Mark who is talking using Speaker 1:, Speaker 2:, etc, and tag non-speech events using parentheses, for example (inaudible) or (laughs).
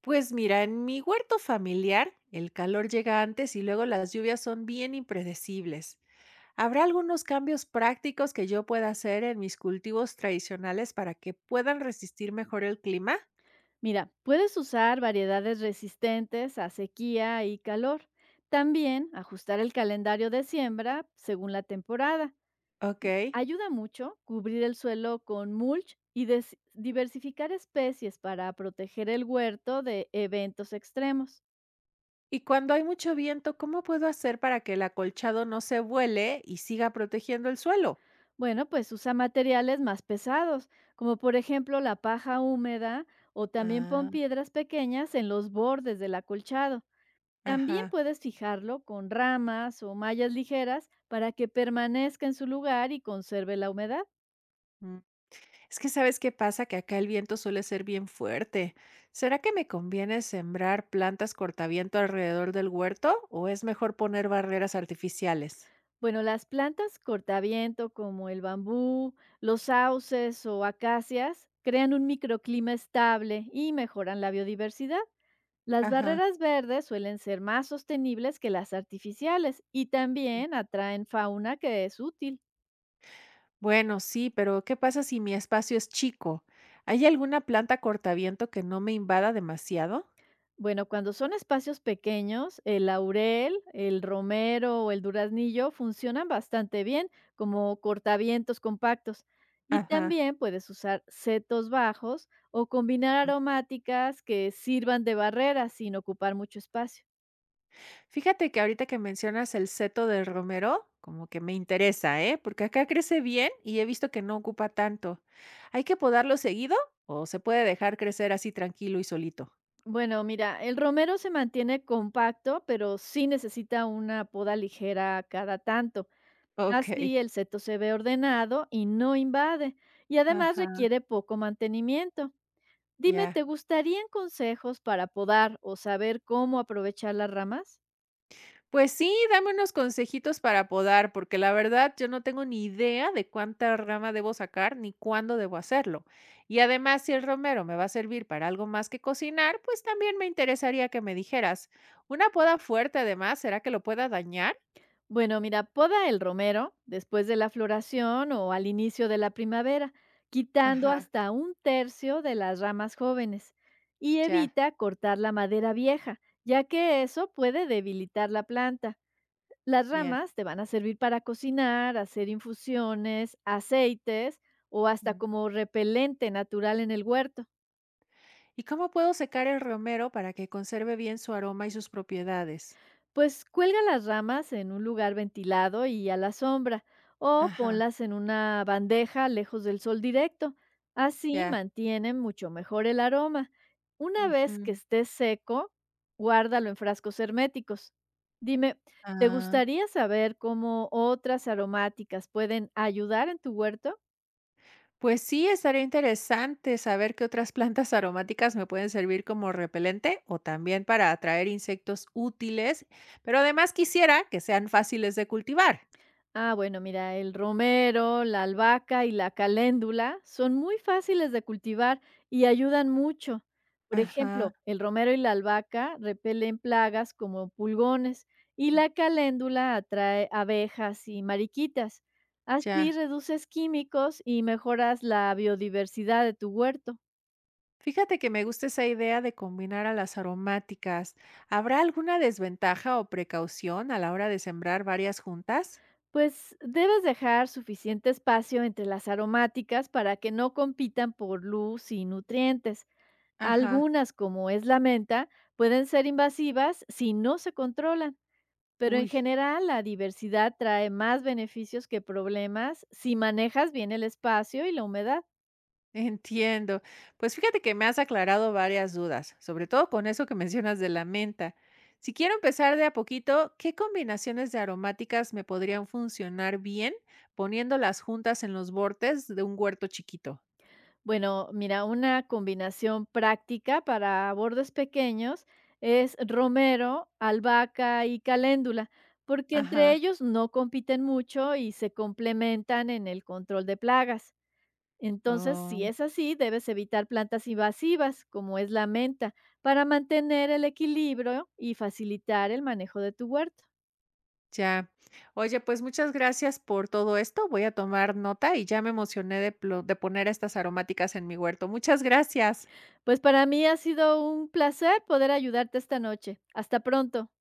Speaker 1: Pues mira, en mi huerto familiar el calor llega antes y luego las lluvias son bien impredecibles. ¿Habrá algunos cambios prácticos que yo pueda hacer en mis cultivos tradicionales para que puedan resistir mejor el clima?
Speaker 2: Mira, puedes usar variedades resistentes a sequía y calor. También ajustar el calendario de siembra según la temporada.
Speaker 1: Ok.
Speaker 2: Ayuda mucho cubrir el suelo con mulch y diversificar especies para proteger el huerto de eventos extremos.
Speaker 1: Y cuando hay mucho viento, ¿cómo puedo hacer para que el acolchado no se vuele y siga protegiendo el suelo?
Speaker 2: Bueno, pues usa materiales más pesados, como por ejemplo la paja húmeda o también pon
Speaker 1: Ah,
Speaker 2: piedras pequeñas en los bordes del acolchado. También
Speaker 1: ajá.
Speaker 2: puedes fijarlo con ramas o mallas ligeras para que permanezca en su lugar y conserve la humedad.
Speaker 1: Es que sabes qué pasa, que acá el viento suele ser bien fuerte. ¿Será que me conviene sembrar plantas cortaviento alrededor del huerto o es mejor poner barreras artificiales?
Speaker 2: Bueno, las plantas cortaviento como el bambú, los sauces o acacias crean un microclima estable y mejoran la biodiversidad. Las
Speaker 1: Ajá.
Speaker 2: barreras verdes suelen ser más sostenibles que las artificiales y también atraen fauna que es útil.
Speaker 1: Bueno, sí, pero ¿qué pasa si mi espacio es chico? ¿Hay alguna planta cortaviento que no me invada demasiado?
Speaker 2: Bueno, cuando son espacios pequeños, el laurel, el romero o el duraznillo funcionan bastante bien como cortavientos compactos. Y
Speaker 1: Ajá.
Speaker 2: también puedes usar setos bajos o combinar aromáticas que sirvan de barrera sin ocupar mucho espacio.
Speaker 1: Fíjate que ahorita que mencionas el seto de romero, como que me interesa, ¿eh? Porque acá crece bien y he visto que no ocupa tanto. ¿Hay que podarlo seguido o se puede dejar crecer así tranquilo y solito?
Speaker 2: Bueno, mira, el romero se mantiene compacto, pero sí necesita una poda ligera cada tanto.
Speaker 1: Ok.
Speaker 2: Así el seto se ve ordenado y no invade, y además
Speaker 1: Ajá,
Speaker 2: requiere poco mantenimiento. Dime, ¿te
Speaker 1: ya.
Speaker 2: gustarían consejos para podar o saber cómo aprovechar las ramas?
Speaker 1: Pues sí, dame unos consejitos para podar, porque la verdad yo no tengo ni idea de cuánta rama debo sacar ni cuándo debo hacerlo. Y además, si el romero me va a servir para algo más que cocinar, pues también me interesaría que me dijeras. Una poda fuerte, además, ¿será que lo pueda dañar?
Speaker 2: Bueno, mira, poda el romero después de la floración o al inicio de la primavera, quitando
Speaker 1: Ajá,
Speaker 2: hasta un tercio de las ramas jóvenes y
Speaker 1: ya,
Speaker 2: evita cortar la madera vieja, ya que eso puede debilitar la planta. Las
Speaker 1: bien.
Speaker 2: ramas te van a servir para cocinar, hacer infusiones, aceites o hasta
Speaker 1: Mm.
Speaker 2: como repelente natural en el huerto.
Speaker 1: ¿Y cómo puedo secar el romero para que conserve bien su aroma y sus propiedades?
Speaker 2: Pues cuelga las ramas en un lugar ventilado y a la sombra, o
Speaker 1: Ajá,
Speaker 2: ponlas en una bandeja lejos del sol directo. Así
Speaker 1: ya.
Speaker 2: mantienen mucho mejor el aroma. Una vez
Speaker 1: Ujú.
Speaker 2: que esté seco, guárdalo en frascos herméticos. Dime, ¿te
Speaker 1: Ah,
Speaker 2: gustaría saber cómo otras aromáticas pueden ayudar en tu huerto?
Speaker 1: pues sí, estaría interesante saber qué otras plantas aromáticas me pueden servir como repelente o también para atraer insectos útiles, pero además quisiera que sean fáciles de cultivar.
Speaker 2: Ah, bueno, mira, el romero, la albahaca y la caléndula son muy fáciles de cultivar y ayudan mucho. Por
Speaker 1: Ajá,
Speaker 2: ejemplo, el romero y la albahaca repelen plagas como pulgones y la caléndula atrae abejas y mariquitas. Así
Speaker 1: ya.
Speaker 2: reduces químicos y mejoras la biodiversidad de tu huerto.
Speaker 1: Fíjate que me gusta esa idea de combinar a las aromáticas. ¿Habrá alguna desventaja o precaución a la hora de sembrar varias juntas?
Speaker 2: Pues debes dejar suficiente espacio entre las aromáticas para que no compitan por luz y nutrientes.
Speaker 1: Ajá,
Speaker 2: Algunas, como es la menta, pueden ser invasivas si no se controlan, pero en
Speaker 1: uy,
Speaker 2: general la diversidad trae más beneficios que problemas si manejas bien el espacio y la humedad.
Speaker 1: (laughs) entiendo. Pues fíjate que me has aclarado varias dudas, sobre todo con eso que mencionas de la menta. Si quiero empezar de a poquito, ¿qué combinaciones de aromáticas me podrían funcionar bien poniéndolas juntas en los bordes de un huerto chiquito?
Speaker 2: Bueno, mira, una combinación práctica para bordes pequeños es romero, albahaca y caléndula, porque entre
Speaker 1: Ajá.
Speaker 2: ellos no compiten mucho y se complementan en el control de plagas. Entonces, si es así, debes evitar plantas invasivas, como es la menta, para mantener el equilibrio y facilitar el manejo de tu huerto.
Speaker 1: Ya. Oye, pues muchas gracias por todo esto. Voy a tomar nota y ya me emocioné de, de poner estas aromáticas en mi huerto. Muchas gracias.
Speaker 2: Pues para mí ha sido un placer poder ayudarte esta noche. Hasta pronto.